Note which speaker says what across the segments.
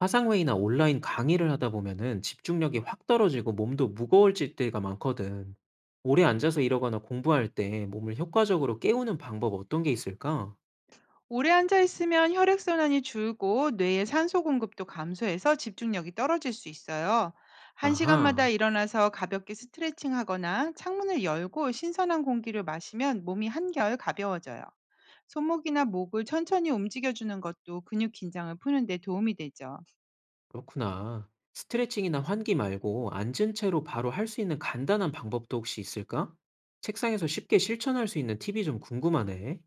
Speaker 1: 화상회의나 온라인 강의를 하다 보면은 집중력이 확 떨어지고 몸도 무거워질 때가 많거든. 오래 앉아서 일하거나 공부할 때 몸을 효과적으로 깨우는 방법 어떤 게 있을까?
Speaker 2: 오래 앉아 있으면 혈액순환이 줄고 뇌의 산소 공급도 감소해서 집중력이 떨어질 수 있어요. 한시간마다
Speaker 1: 아하,
Speaker 2: 일어나서 가볍게 스트레칭 하거나 창문을 열고 신선한 공기를 마시면 몸이 한결 가벼워져요. 손목이나 목을 천천히 움직여주는 것도 근육 긴장을 푸는 데 도움이 되죠.
Speaker 1: 그렇구나. 스트레칭이나 환기 말고 앉은 채로 바로 할 수 있는 간단한 방법도 혹시 있을까? 책상에서 쉽게 실천할 수 있는 팁이 좀 궁금하네.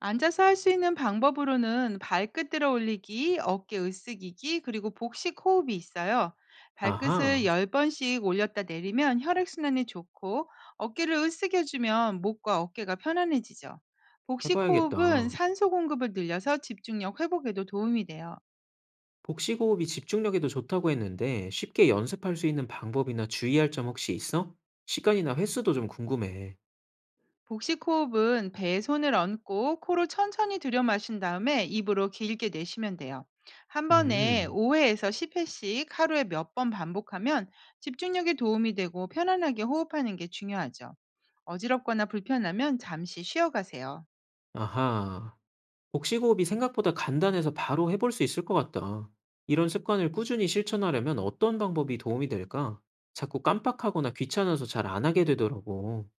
Speaker 2: 앉아서 할 수 있는 방법으로는 발끝 들어 올리기, 어깨 으쓱이기, 그리고 복식 호흡이 있어요. 발끝을
Speaker 1: 아하,
Speaker 2: 10번씩 올렸다 내리면 혈액순환이 좋고, 어깨를 으쓱여주면 목과 어깨가 편안해지죠. 복식 호흡은
Speaker 1: 해봐야겠다.
Speaker 2: 산소 공급을 늘려서 집중력 회복에도 도움이 돼요.
Speaker 1: 복식호흡이 집중력에도 좋다고 했는데 쉽게 연습할 수 있는 방법이나 주의할 점 혹시 있어? 시간이나 횟수도 좀 궁금해.
Speaker 2: 복식 호흡은 배에 손을 얹고 코로 천천히 들여 마신 다음에 입으로 길게 내쉬면 돼요. 한 번에
Speaker 1: 음,
Speaker 2: 5회에서 10회씩 하루에 몇 번 반복하면 집중력에 도움이 되고 편안하게 호흡하는 게 중요하죠. 어지럽거나 불편하면 잠시 쉬어가세요.
Speaker 1: 아하. 복식호흡이 생각보다 간단해서 바로 해볼 수 있을 것 같다. 이런 습관을 꾸준히 실천하려면 어떤 방법이 도움이 될까? 자꾸 깜빡하거나 귀찮아서 잘 안 하게 되더라고.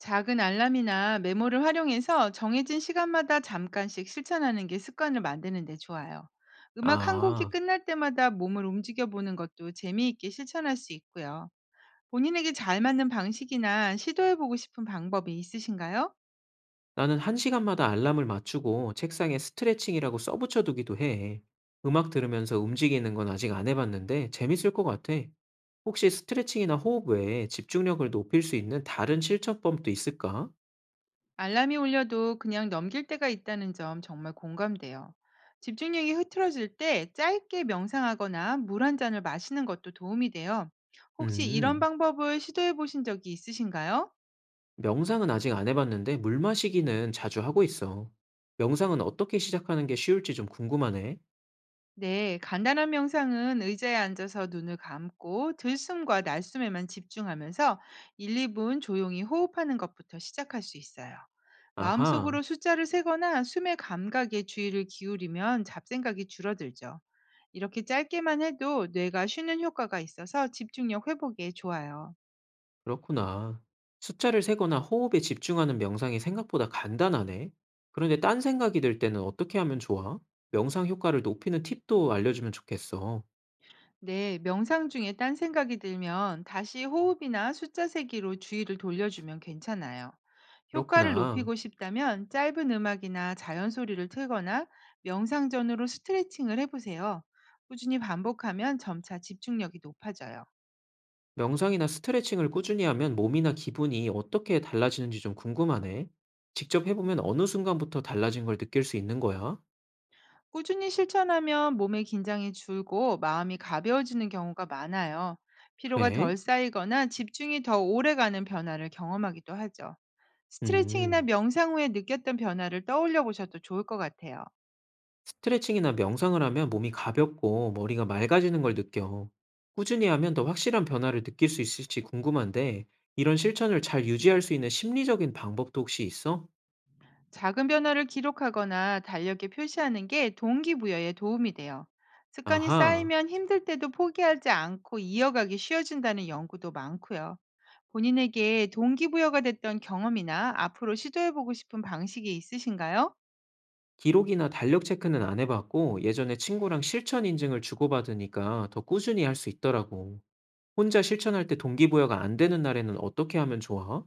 Speaker 2: 작은 알람이나 메모를 활용해서 정해진 시간마다 잠깐씩 실천하는 게 습관을 만드는 데 좋아요. 음악 한 곡이
Speaker 1: 아,
Speaker 2: 끝날 때마다 몸을 움직여 보는 것도 재미있게 실천할 수 있고요. 본인에게 잘 맞는 방식이나 시도해보고 싶은 방법이 있으신가요?
Speaker 1: 나는 한 시간마다 알람을 맞추고 책상에 스트레칭이라고 써붙여두기도 해. 음악 들으면서 움직이는 건 아직 안 해봤는데 재밌을 것 같아. 혹시 스트레칭이나 호흡 외에 집중력을 높일 수 있는 다른 실천법도 있을까?
Speaker 2: 알람이 울려도 그냥 넘길 때가 있다는 점 정말 공감돼요. 집중력이 흐트러질 때 짧게 명상하거나 물 한 잔을 마시는 것도 도움이 돼요. 혹시 이런
Speaker 1: 음,
Speaker 2: 방법을 시도해 보신 적이 있으신가요?
Speaker 1: 명상은 아직 안 해봤는데 물 마시기는 자주 하고 있어. 명상은 어떻게 시작하는 게 쉬울지 좀 궁금하네.
Speaker 2: 네, 간단한 명상은 의자에 앉아서 눈을 감고 들숨과 날숨에만 집중하면서 1, 2분 조용히 호흡하는 것부터 시작할 수 있어요.
Speaker 1: 아하,
Speaker 2: 마음속으로 숫자를 세거나 숨의 감각에 주의를 기울이면 잡생각이 줄어들죠. 이렇게 짧게만 해도 뇌가 쉬는 효과가 있어서 집중력 회복에 좋아요.
Speaker 1: 그렇구나. 숫자를 세거나 호흡에 집중하는 명상이 생각보다 간단하네. 그런데 딴 생각이 들 때는 어떻게 하면 좋아? 명상 효과를 높이는 팁도 알려주면 좋겠어.
Speaker 2: 네, 명상 중에 딴 생각이 들면 다시 호흡이나 숫자 세기로 주의를 돌려주면 괜찮아요. 효과를
Speaker 1: 그렇구나.
Speaker 2: 높이고 싶다면 짧은 음악이나 자연 소리를 틀거나 명상 전으로 스트레칭을 해보세요. 꾸준히 반복하면 점차 집중력이 높아져요.
Speaker 1: 명상이나 스트레칭을 꾸준히 하면 몸이나 기분이 어떻게 달라지는지 좀 궁금하네. 직접 해보면 어느 순간부터 달라진 걸 느낄 수 있는 거야?
Speaker 2: 꾸준히 실천하면 몸의 긴장이 줄고 마음이 가벼워지는 경우가 많아요. 피로가 덜
Speaker 1: 그래?
Speaker 2: 쌓이거나 집중이 더 오래 가는 변화를 경험하기도 하죠. 스트레칭이나
Speaker 1: 음.
Speaker 2: 명상 후에 느꼈던 변화를 떠올려 보셔도 좋을 것 같아요.
Speaker 1: 스트레칭이나 명상을 하면 몸이 가볍고 머리가 맑아지는 걸 느껴. 꾸준히 하면 더 확실한 변화를 느낄 수 있을지 궁금한데, 이런 실천을 잘 유지할 수 있는 심리적인 방법도 혹시 있어?
Speaker 2: 작은 변화를 기록하거나 달력에 표시하는 게 동기부여에 도움이 돼요. 습관이
Speaker 1: 아하.
Speaker 2: 쌓이면 힘들 때도 포기하지 않고 이어가기 쉬워진다는 연구도 많고요. 본인에게 동기부여가 됐던 경험이나 앞으로 시도해보고 싶은 방식이 있으신가요?
Speaker 1: 기록이나 달력 체크는 안 해봤고, 예전에 친구랑 실천 인증을 주고받으니까 더 꾸준히 할 수 있더라고. 혼자 실천할 때 동기부여가 안 되는 날에는 어떻게 하면 좋아?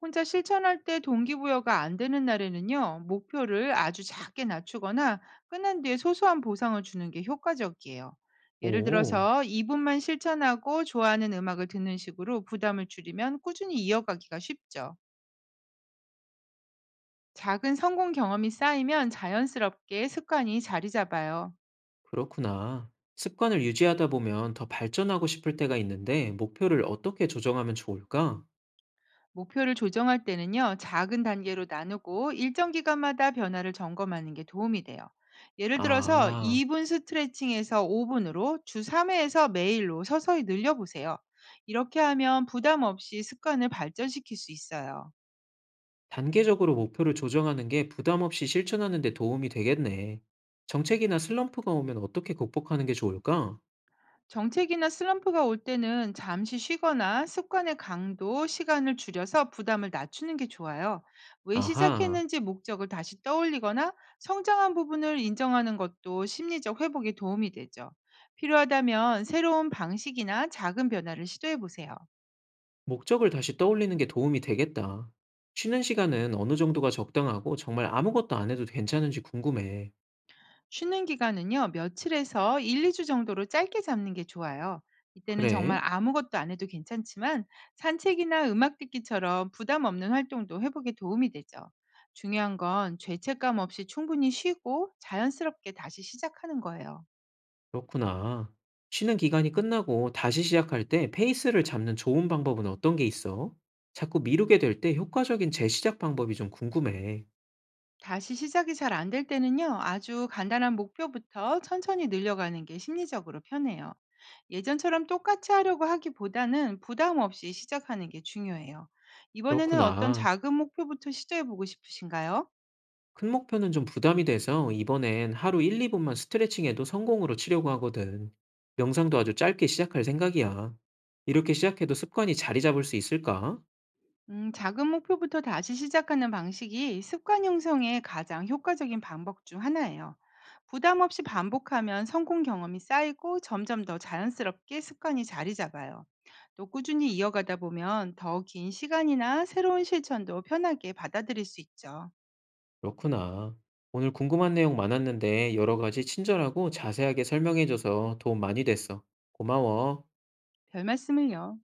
Speaker 2: 혼자 실천할 때 동기부여가 안 되는 날에는요, 목표를 아주 작게 낮추거나 끝난 뒤에 소소한 보상을 주는 게 효과적이에요. 예를
Speaker 1: 오,
Speaker 2: 들어서 2분만 실천하고 좋아하는 음악을 듣는 식으로 부담을 줄이면 꾸준히 이어가기가 쉽죠. 작은 성공 경험이 쌓이면 자연스럽게 습관이 자리 잡아요.
Speaker 1: 그렇구나. 습관을 유지하다 보면 더 발전하고 싶을 때가 있는데 목표를 어떻게 조정하면 좋을까?
Speaker 2: 목표를 조정할 때는요, 작은 단계로 나누고 일정 기간마다 변화를 점검하는 게 도움이 돼요. 예를 들어서
Speaker 1: 아,
Speaker 2: 2분 스트레칭에서 5분으로 주 3회에서 매일로 서서히 늘려보세요. 이렇게 하면 부담 없이 습관을 발전시킬 수 있어요.
Speaker 1: 단계적으로 목표를 조정하는 게 부담 없이 실천하는 데 도움이 되겠네. 정책이나 슬럼프가 오면 어떻게 극복하는 게 좋을까?
Speaker 2: 정책이나 슬럼프가 올 때는 잠시 쉬거나 습관의 강도, 시간을 줄여서 부담을 낮추는 게 좋아요. 왜
Speaker 1: 아하,
Speaker 2: 시작했는지 목적을 다시 떠올리거나 성장한 부분을 인정하는 것도 심리적 회복에 도움이 되죠. 필요하다면 새로운 방식이나 작은 변화를 시도해 보세요.
Speaker 1: 목적을 다시 떠올리는 게 도움이 되겠다. 쉬는 시간은 어느 정도가 적당하고 정말 아무것도 안 해도 괜찮은지 궁금해.
Speaker 2: 쉬는 기간은요, 며칠에서 1, 2주 정도로 짧게 잡는 게 좋아요. 이때는 정말
Speaker 1: 그래?
Speaker 2: 아무것도 안 해도 괜찮지만 산책이나 음악 듣기처럼 부담 없는 활동도 회복에 도움이 되죠. 중요한 건 죄책감 없이 충분히 쉬고 자연스럽게 다시 시작하는 거예요.
Speaker 1: 그렇구나. 쉬는 기간이 끝나고 다시 시작할 때 페이스를 잡는 좋은 방법은 어떤 게 있어? 자꾸 미루게 될 때 효과적인 재시작 방법이 좀 궁금해.
Speaker 2: 다시 시작이 잘 안 될 때는요, 아주 간단한 목표부터 천천히 늘려가는 게 심리적으로 편해요. 예전처럼 똑같이 하려고 하기보다는 부담 없이 시작하는 게 중요해요. 이번에는 어떤
Speaker 1: 그렇구나.
Speaker 2: 작은 목표부터 시도해 보고 싶으신가요?
Speaker 1: 큰 목표는 좀 부담이 돼서 이번엔 하루 1, 2분만 스트레칭해도 성공으로 치려고 하거든. 명상도 아주 짧게 시작할 생각이야. 이렇게 시작해도 습관이 자리 잡을 수 있을까?
Speaker 2: 작은 목표부터 다시 시작하는 방식이 습관 형성에 가장 효과적인 방법 중 하나예요. 부담 없이 반복하면 성공 경험이 쌓이고 점점 더 자연스럽게 습관이 자리 잡아요. 또 꾸준히 이어가다 보면 더 긴 시간이나 새로운 실천도 편하게 받아들일 수 있죠.
Speaker 1: 그렇구나. 오늘 궁금한 내용 많았는데 여러 가지 친절하고 자세하게 설명해줘서 도움 많이 됐어. 고마워.
Speaker 2: 별 말씀을요.